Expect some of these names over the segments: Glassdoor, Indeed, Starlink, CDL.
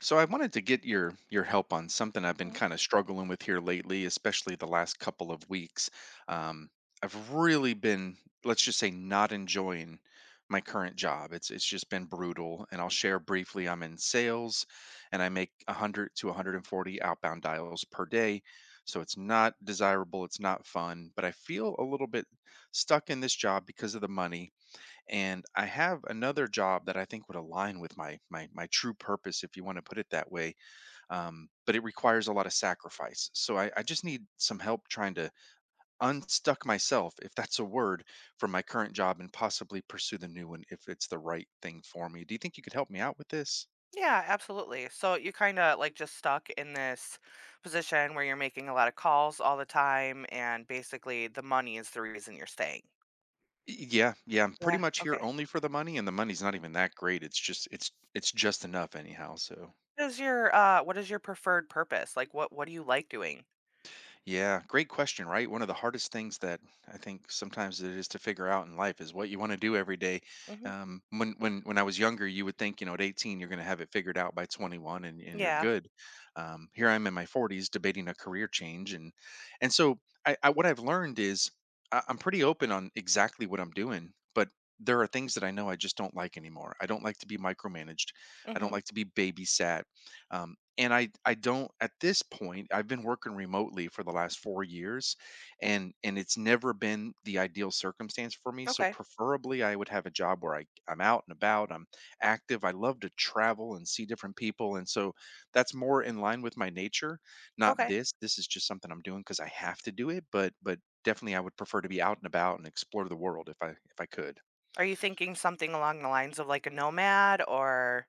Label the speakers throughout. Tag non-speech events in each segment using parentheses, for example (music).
Speaker 1: So I wanted to get your help on something I've been
Speaker 2: Mhm.
Speaker 1: kind of struggling with here lately, especially the last couple of weeks. Um, I've really been, let's just say, not enjoying my current job. It's just been brutal, and I'll share briefly. I'm in sales, and I make 100 to 140 outbound dials per day. So it's not desirable, it's not fun, but I feel a little bit stuck in this job because of the money, and I have another job that I think would align with my true purpose, if you want to put it that way. But it requires a lot of sacrifice, so I just need some help trying to unstuck myself, if that's a word, from my current job and possibly pursue the new one if it's the right thing for me. Do you think you could help me out with this?
Speaker 2: Yeah, absolutely. So you kind of like just stuck in this position where you're making a lot of calls all the time, and basically the money is the reason you're staying.
Speaker 1: Yeah, yeah, I'm pretty
Speaker 2: Yeah.
Speaker 1: much here
Speaker 2: Okay.
Speaker 1: only for the money, and the money's not even that great. It's just it's just enough anyhow. So
Speaker 2: What is your preferred purpose? Like what do you like doing?
Speaker 1: yeah, great question, right? One of the hardest things that I think sometimes it is to figure out in life is what you want to do every day.
Speaker 2: Mhm.
Speaker 1: When I was younger, you would think, you know, at 18 you're going to have it figured out by 21, and you're
Speaker 2: Yeah.
Speaker 1: good. Here I'm in my 40s debating a career change. And so I what I've learned is I'm pretty open on exactly what I'm doing, but there are things that I know I just don't like anymore. I don't like to be micromanaged. I don't
Speaker 2: Mhm.
Speaker 1: like to be babysat. And I don't at this point, I've been working remotely for the last 4 years, and it's never been the ideal circumstance for me, so
Speaker 2: Okay.
Speaker 1: preferably I would have a job where I'm out and about, I'm active, I love to travel and see different people, and so that's more in line with my nature. Not
Speaker 2: Okay.
Speaker 1: this, is just something I'm doing cuz I have to do it, but definitely I would prefer to be out and about and explore the world if I could.
Speaker 2: Are you thinking something along the lines of like a nomad or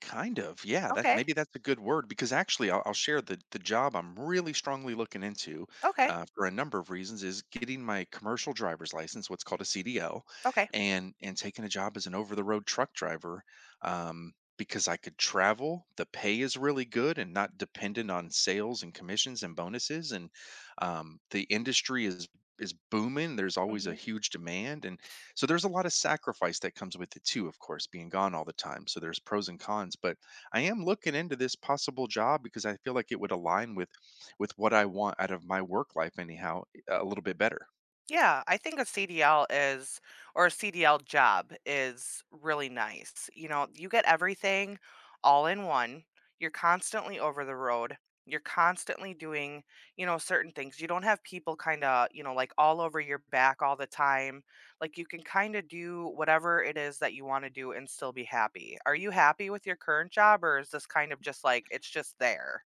Speaker 1: Kind of, yeah. That,
Speaker 2: okay.
Speaker 1: maybe that's a good word, because actually, I'll share the job I'm really strongly looking into
Speaker 2: Okay.
Speaker 1: for a number of reasons, is getting my commercial driver's license, what's called a CDL,
Speaker 2: Okay.
Speaker 1: and taking a job as an over the road truck driver, because I could travel. The pay is really good and not dependent on sales and commissions and bonuses, and the industry is booming. There's always a
Speaker 2: Mhm.
Speaker 1: huge demand, and so there's a lot of sacrifice that comes with it too, of course, being gone all the time. So there's pros and cons, but I am looking into this possible job because I feel like it would align with what I want out of my work life anyhow a little bit better.
Speaker 2: Yeah, I think a CDL is or a CDL job is really nice. You know, you get everything all in one. You're constantly over the road. You're constantly doing, you know, certain things. You don't have people kind of, you know, like all over your back all the time. Like you can kind of do whatever it is that you want to do and still be happy. Are you happy with your current job or is this kind of just like it's just there?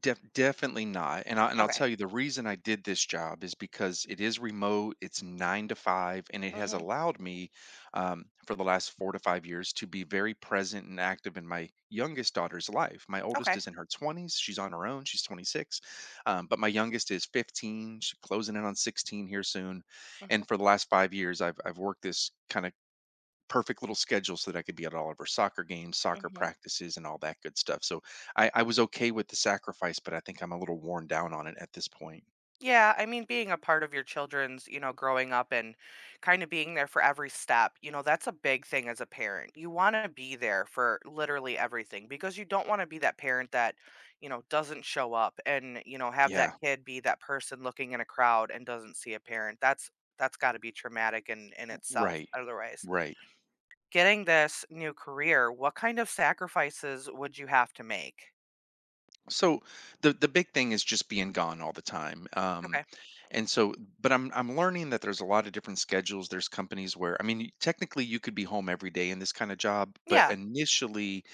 Speaker 1: Definitely not, and I'll
Speaker 2: Okay.
Speaker 1: tell you, the reason I did this job is because it is remote, it's 9 to 5, and it has
Speaker 2: Mhm.
Speaker 1: allowed me, for the last 4 to 5 years, to be very present and active in my youngest daughter's life. My oldest
Speaker 2: Okay.
Speaker 1: is in her 20s, she's on her own, she's 26. But my youngest is 15, she's closing in on 16 here soon,
Speaker 2: Mhm.
Speaker 1: and for the last 5 years, I've worked this kinda perfect little schedule so that I could be at all of her soccer games, soccer
Speaker 2: Mhm.
Speaker 1: practices, and all that good stuff. So I was okay with the sacrifice, but I think I'm a little worn down on it at this point.
Speaker 2: Yeah, I mean, being a part of your children's, you know, growing up and kind of being there for every step, you know, that's a big thing as a parent. You want to be there for literally everything because you don't want to be that parent that, you know, doesn't show up and, you know, have that
Speaker 1: Yeah,
Speaker 2: kid be that person looking in a crowd and doesn't see a parent. That's got to be traumatic in itself
Speaker 1: right,
Speaker 2: otherwise.
Speaker 1: right.
Speaker 2: Getting this new career, what kind of sacrifices would you have to make?
Speaker 1: So the big thing is just being gone all the time. Um,
Speaker 2: Okay.
Speaker 1: and so, but I'm learning that there's a lot of different schedules. There's companies where, I mean, technically you could be home every day in this kind of job, but
Speaker 2: Yeah.
Speaker 1: initially,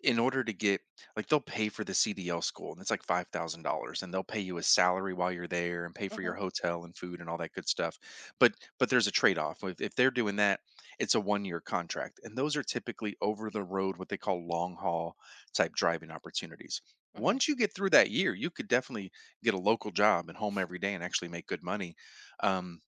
Speaker 1: in order to get, like, they'll pay for the CDL school, and it's like $5,000, and they'll pay you a salary while you're there and pay for your
Speaker 2: Mhm.
Speaker 1: hotel and food and all that good stuff. But there's a trade-off. If they're doing that, it's a one-year contract. And those are typically over the road, what they call long haul type driving opportunities.
Speaker 2: Mhm.
Speaker 1: Once you get through that year, you could definitely get a local job and home every day and actually make good money. Um,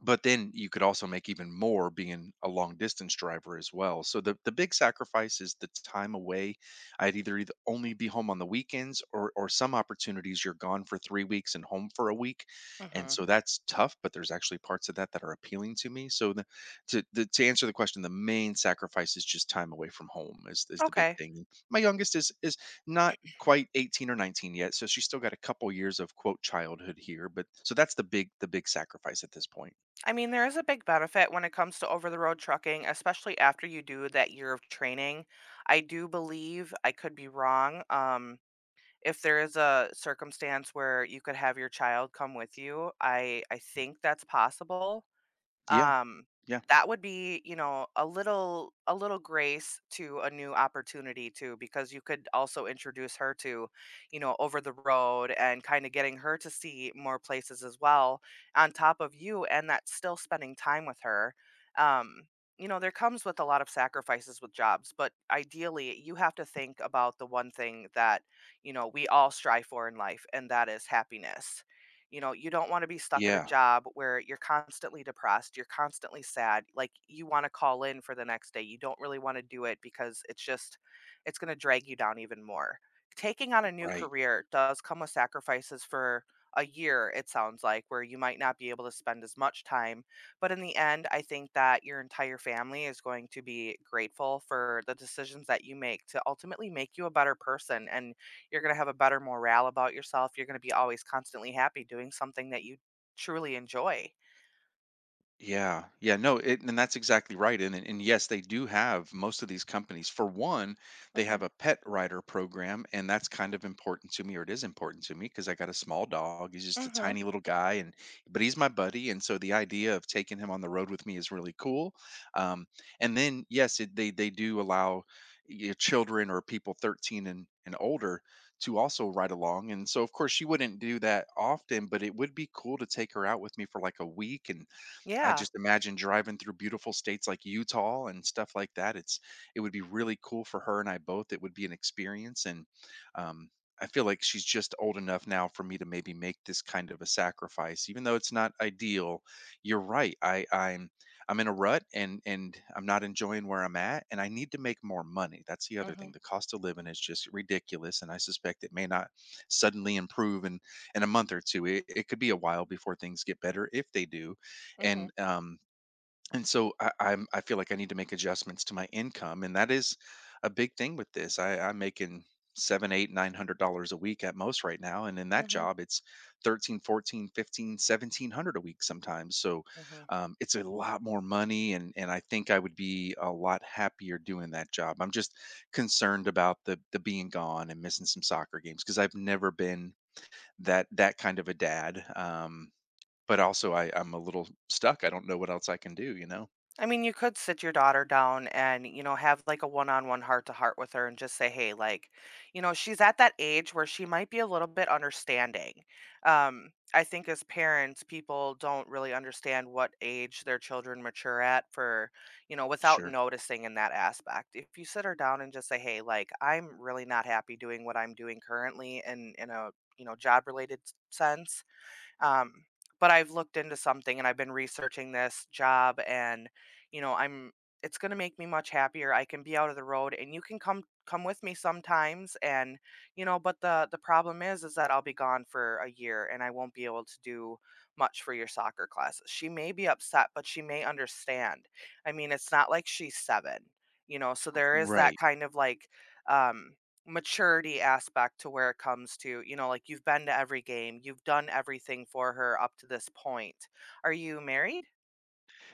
Speaker 1: but then you could also make even more being a long distance driver as well. So the big sacrifice is the time away. I'd either only be home on the weekends, or some opportunities you're gone for 3 weeks and home for a week. And
Speaker 2: Mhm.
Speaker 1: so that's tough, but there's actually parts of that that are appealing to me. So to answer the question, the main sacrifice is just time away from home is the big
Speaker 2: Okay.
Speaker 1: thing. My youngest is not quite 18 or 19 yet, so she's still got a couple years of quote childhood here, but so that's the big sacrifice at this point.
Speaker 2: I mean, there is a big benefit when it comes to over the road trucking, especially after you do that year of training. I do believe, I could be wrong, if there is a circumstance where you could have your child come with you, I think that's possible.
Speaker 1: Yeah,
Speaker 2: um
Speaker 1: yeah,
Speaker 2: that would be, you know, a little, a little grace to a new opportunity too, because you could also introduce her to, you know, over the road and kind of getting her to see more places as well, on top of you, and that's still spending time with her. um you know, there comes with a lot of sacrifices with jobs, but ideally you have to think about the one thing that, you know, we all strive for in life, and that is happiness. You know, you don't want to be stuck at a
Speaker 1: yeah,
Speaker 2: job where you're constantly depressed, you're constantly sad. Like you want to call in for the next day. You don't really want to do it because it's just it's going to drag you down even more. Taking on a new
Speaker 1: right.
Speaker 2: career does come with sacrifices for a year, it sounds like, where you might not be able to spend as much time. But in the end, I think that your entire family is going to be grateful for the decisions that you make to ultimately make you a better person, and you're gonna have a better morale about yourself. You're gonna be always constantly happy doing something that you truly enjoy.
Speaker 1: Yeah, yeah, no, and that's exactly right. And yes, they do have, most of these companies, for one, they have
Speaker 2: Mhm.
Speaker 1: a pet rider program, and that's kind of important to me, or it is important to me, because I got a small dog. He's just a
Speaker 2: Mhm.
Speaker 1: tiny little guy, and but he's my buddy, and so the idea of taking him on the road with me is really cool. Um, and then yes, they do allow your children or people 13 and older to also ride along. And so of course she wouldn't do that often, but it would be cool to take her out with me for like a week. And I
Speaker 2: Yeah.
Speaker 1: just imagine driving through beautiful states like Utah and stuff like that. It would be really cool for her and I both. It would be an experience, and um, I feel like she's just old enough now for me to maybe make this kind of a sacrifice, even though it's not ideal. You're right. I'm in a rut, and I'm not enjoying where I'm at, and I need to make more money. That's the other
Speaker 2: Mhm.
Speaker 1: thing. The cost of living is just ridiculous, and I suspect it may not suddenly improve in a month or two. It could be a while before things get better if they do,
Speaker 2: Mhm.
Speaker 1: and um and so I feel like I need to make adjustments to my income, and that is a big thing with this. I'm making seven, eight, $900 a week at most right now, and in that
Speaker 2: Mhm.
Speaker 1: job, it's 13, 14, 15, 1,700 a week sometimes. So
Speaker 2: Mhm.
Speaker 1: it's a lot more money, and I think I would be a lot happier doing that job. I'm just concerned about the being gone and missing some soccer games, because I've never been that kind of a dad. But also I'm a little stuck, I don't know what else I can do, you know?
Speaker 2: I mean, you could sit your daughter down and, you know, have like a one on one heart to heart with her and just say, hey, like, you know, she's at that age where she might be a little bit understanding. I think as parents, people don't really understand what age their children mature at for, you know, without
Speaker 1: Sure.
Speaker 2: noticing in that aspect. If you sit her down and just say, hey, like, I'm really not happy doing what I'm doing currently and in a, you know, job related sense, um, but I've looked into something and I've been researching this job, and you know, I'm it's going to make me much happier. I can be out of the road, and you can come with me sometimes, and you know, but the problem is that I'll be gone for a year and I won't be able to do much for your soccer classes. She may be upset, but she may understand. I mean, it's not like she's 7, you know, so there is that
Speaker 1: Right.
Speaker 2: kind of like um maturity aspect to where it comes to, you know, like you've been to every game, you've done everything for her up to this point. Are you married?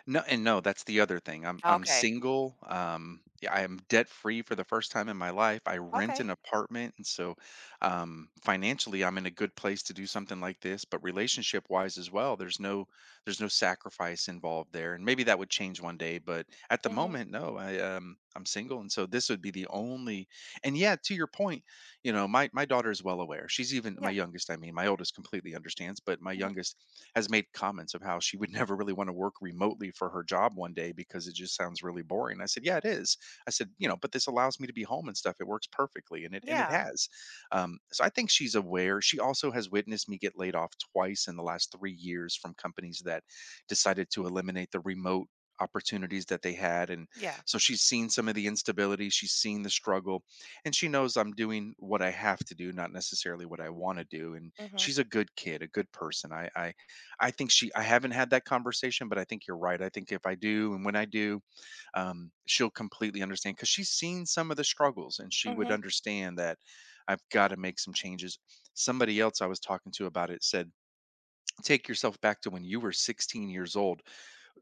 Speaker 1: No, and no, that's the other thing. I'm
Speaker 2: Okay.
Speaker 1: single. Yeah, I am debt free for the first time in my life. I rent
Speaker 2: Okay.
Speaker 1: an apartment, and so financially, I'm in a good place to do something like this. But relationship wise as well, there's no sacrifice involved there, and maybe that would change one day. But at the
Speaker 2: Mhm.
Speaker 1: moment, no, I'm single, and so this would be the only. And yeah, to your point, you know, my daughter is well aware. She's even my
Speaker 2: Yeah.
Speaker 1: youngest — I mean, my oldest completely understands, but my
Speaker 2: Mhm.
Speaker 1: youngest has made comments of how she would (laughs) never really want to work remotely for her job one day because it just sounds really boring. I said, "Yeah, it is." I said, "You know, but this allows me to be home and stuff. It works perfectly, and it
Speaker 2: Yeah.
Speaker 1: has." So I think she's aware. She also has witnessed me get laid off twice in the last 3 years from companies that decided to eliminate the remote opportunities that they had, and
Speaker 2: Yeah.
Speaker 1: so she's seen some of the instability, she's seen the struggle, and she knows I'm doing what I have to do, not necessarily what I want to do. And
Speaker 2: Mhm.
Speaker 1: she's a good kid, a good person. I i I think she I haven't had that conversation, but I think you're right. I think if I do and when I do, she'll completely understand because she's seen some of the struggles and she would
Speaker 2: Mhm.
Speaker 1: understand that I've got to make some changes. Somebody else I was talking to about it said, "Take yourself back to when you were 16 years old.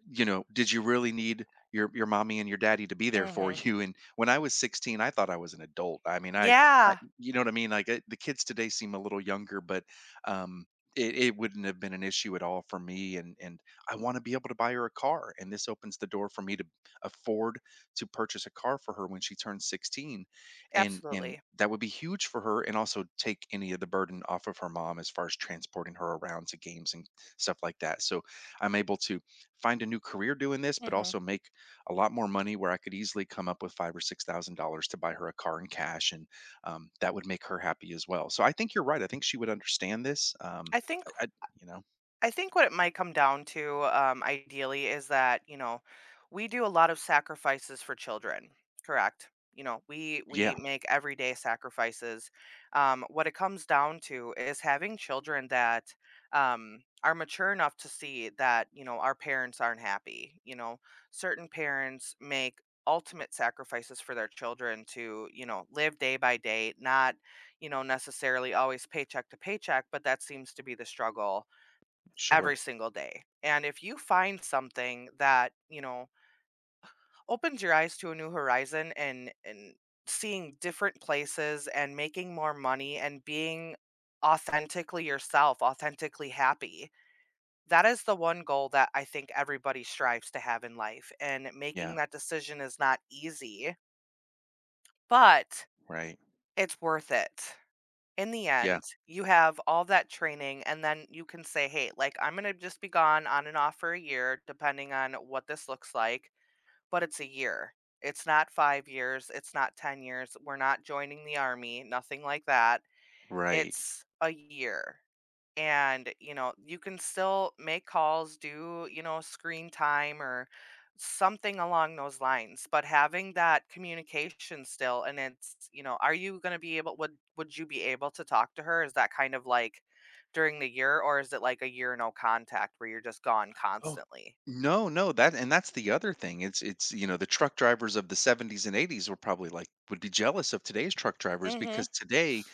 Speaker 1: You know, did you really need your mommy and your daddy to be there for
Speaker 2: Mhm.
Speaker 1: you?" And when I was 16, I thought I was an adult. I mean, I,
Speaker 2: Yeah.
Speaker 1: you know what I mean? Like, the kids today seem a little younger, but um, it wouldn't have been an issue at all for me. And I want to be able to buy her a car, and this opens the door for me to afford to purchase a car for her when she turns 16, and
Speaker 2: Absolutely.
Speaker 1: that would be huge for her, and also take any of the burden off of her mom as far as transporting her around to games and stuff like that. So I'm able to find a new career doing this, but
Speaker 2: Mhm.
Speaker 1: also make a lot more money where I could easily come up with five or six thousand dollars to buy her a car in cash, and that would make her happy as well. So I think you're right. I think she would understand this.
Speaker 2: I think
Speaker 1: I, you know,
Speaker 2: I think what it might come down to, ideally, is that you know we do a lot of sacrifices for children. Correct. You know, we
Speaker 1: yeah,
Speaker 2: make everyday sacrifices. What it comes down to is having children that, are mature enough to see that, you know, our parents aren't happy. You know, certain parents make ultimate sacrifices for their children to, you know, live day by day, not, you know, necessarily always paycheck to paycheck, but that seems to be the struggle every
Speaker 1: sure,
Speaker 2: single day. And if you find something that, you know, opens your eyes to a new horizon, and seeing different places and making more money and being authentically yourself, authentically happy, that is the one goal that I think everybody strives to have in life. And making
Speaker 1: yeah,
Speaker 2: that decision is not easy, but
Speaker 1: right,
Speaker 2: it's worth it. In the
Speaker 1: yeah,
Speaker 2: end, you have all that training, and then you can say, hey, like, I'm going to just be gone on and off for a year, depending on what this looks like. But it's a year. It's not five years. It's not 10 years. We're not joining the army, nothing like that.
Speaker 1: right.
Speaker 2: It's a year, and you know you can still make calls, do, you know, screen time or something along those lines, but having that communication still. And it's, you know, are you going to be able, would you be able to talk to her? Is that kind of like during the year, or is it like a year no contact where you're just gone
Speaker 1: Oh,
Speaker 2: constantly?
Speaker 1: no, no, that and that's the other thing. It's the truck drivers of the 70s and 80s were probably like would be jealous of today's truck
Speaker 2: Mm.
Speaker 1: drivers
Speaker 2: Mhm.
Speaker 1: because today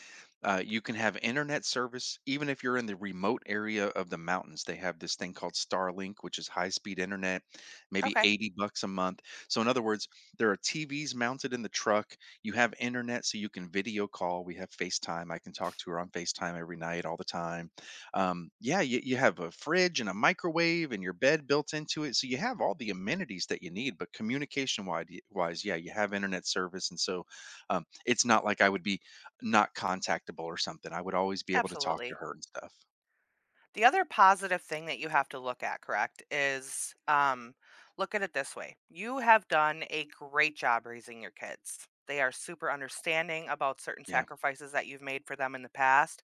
Speaker 1: you can have internet service even if you're in the remote area of the mountains. They have this thing called Starlink, which is high-speed internet, maybe
Speaker 2: Okay.
Speaker 1: 80 bucks a month. So in other words, there are TVs mounted in the truck. You have internet so you can video call. We have FaceTime. I can talk to her on FaceTime every night all the time. Yeah, you have a fridge and a microwave and your bed built into it. So you have all the amenities that you need, but communication wise, yeah, you have internet service. And so it's not like I would be not contactable or something. I would always be able to talk to
Speaker 2: Absolutely.
Speaker 1: her and stuff.
Speaker 2: The other positive thing that you have to look at, correct, is, look at it this way. You have done a great job raising your kids. They are super understanding about certain
Speaker 1: Yeah.
Speaker 2: sacrifices that you've made for them in the past.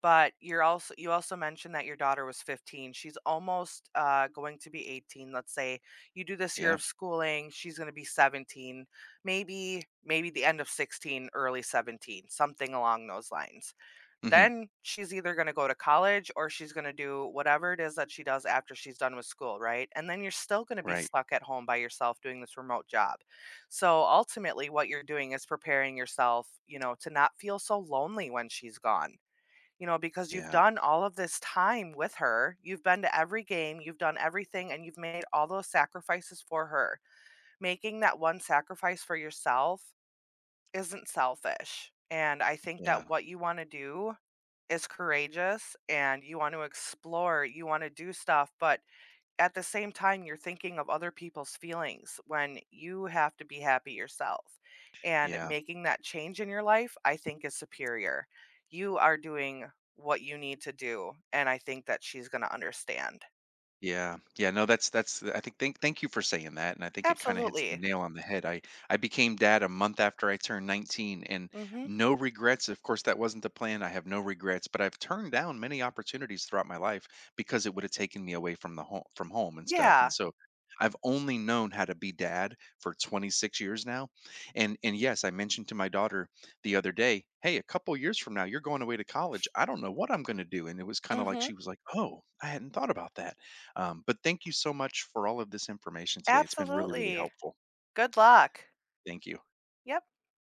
Speaker 2: But you also mentioned that your daughter was 15. She's almost going to be 18. Let's say you do this year
Speaker 1: Yeah.
Speaker 2: of schooling, she's going to be 17, maybe the end of 16, early 17, something along those lines.
Speaker 1: Hmm.
Speaker 2: Then she's either going to go to college or she's going to do whatever it is that she does after she's done with school, right? And then you're still going to be
Speaker 1: Right.
Speaker 2: stuck at home by yourself doing this remote job. So ultimately, what you're doing is preparing yourself, you know, to not feel so lonely when she's gone. You know, because you've
Speaker 1: Yeah.
Speaker 2: done all of this time with her, you've been to every game, you've done everything, and you've made all those sacrifices for her. Making that one sacrifice for yourself isn't selfish. And I think
Speaker 1: Yeah.
Speaker 2: that what you want to do is courageous, and you want to explore, you want to do stuff, but at the same time, you're thinking of other people's feelings when you have to be happy yourself. And
Speaker 1: Yeah.
Speaker 2: making that change in your life, I think, is superior. You are doing what you need to do. And I think that she's going to understand.
Speaker 1: Yeah. Yeah, no, that's I think thank you for saying that, and I think it kinda hits the
Speaker 2: Absolutely.
Speaker 1: nail on the head. I became dad a month after I turned 19 and
Speaker 2: Mm hmm.
Speaker 1: no regrets. Of course, that wasn't the plan. I have no regrets, but I've turned down many opportunities throughout my life because it would have taken me away from the home from home and stuff. And
Speaker 2: Yeah.
Speaker 1: so I've only known how to be dad for 26 years now. And yes, I mentioned to my daughter the other day, "Hey, a couple years from now, you're going away to college. I don't know what I'm going to do." And it was kind
Speaker 2: Mm
Speaker 1: of like
Speaker 2: hmm.
Speaker 1: she was like, "Oh, I hadn't thought about that." But thank you so much for all of this information today. It's been really, really
Speaker 2: Absolutely.
Speaker 1: helpful.
Speaker 2: Good luck.
Speaker 1: Thank you.
Speaker 2: Yep.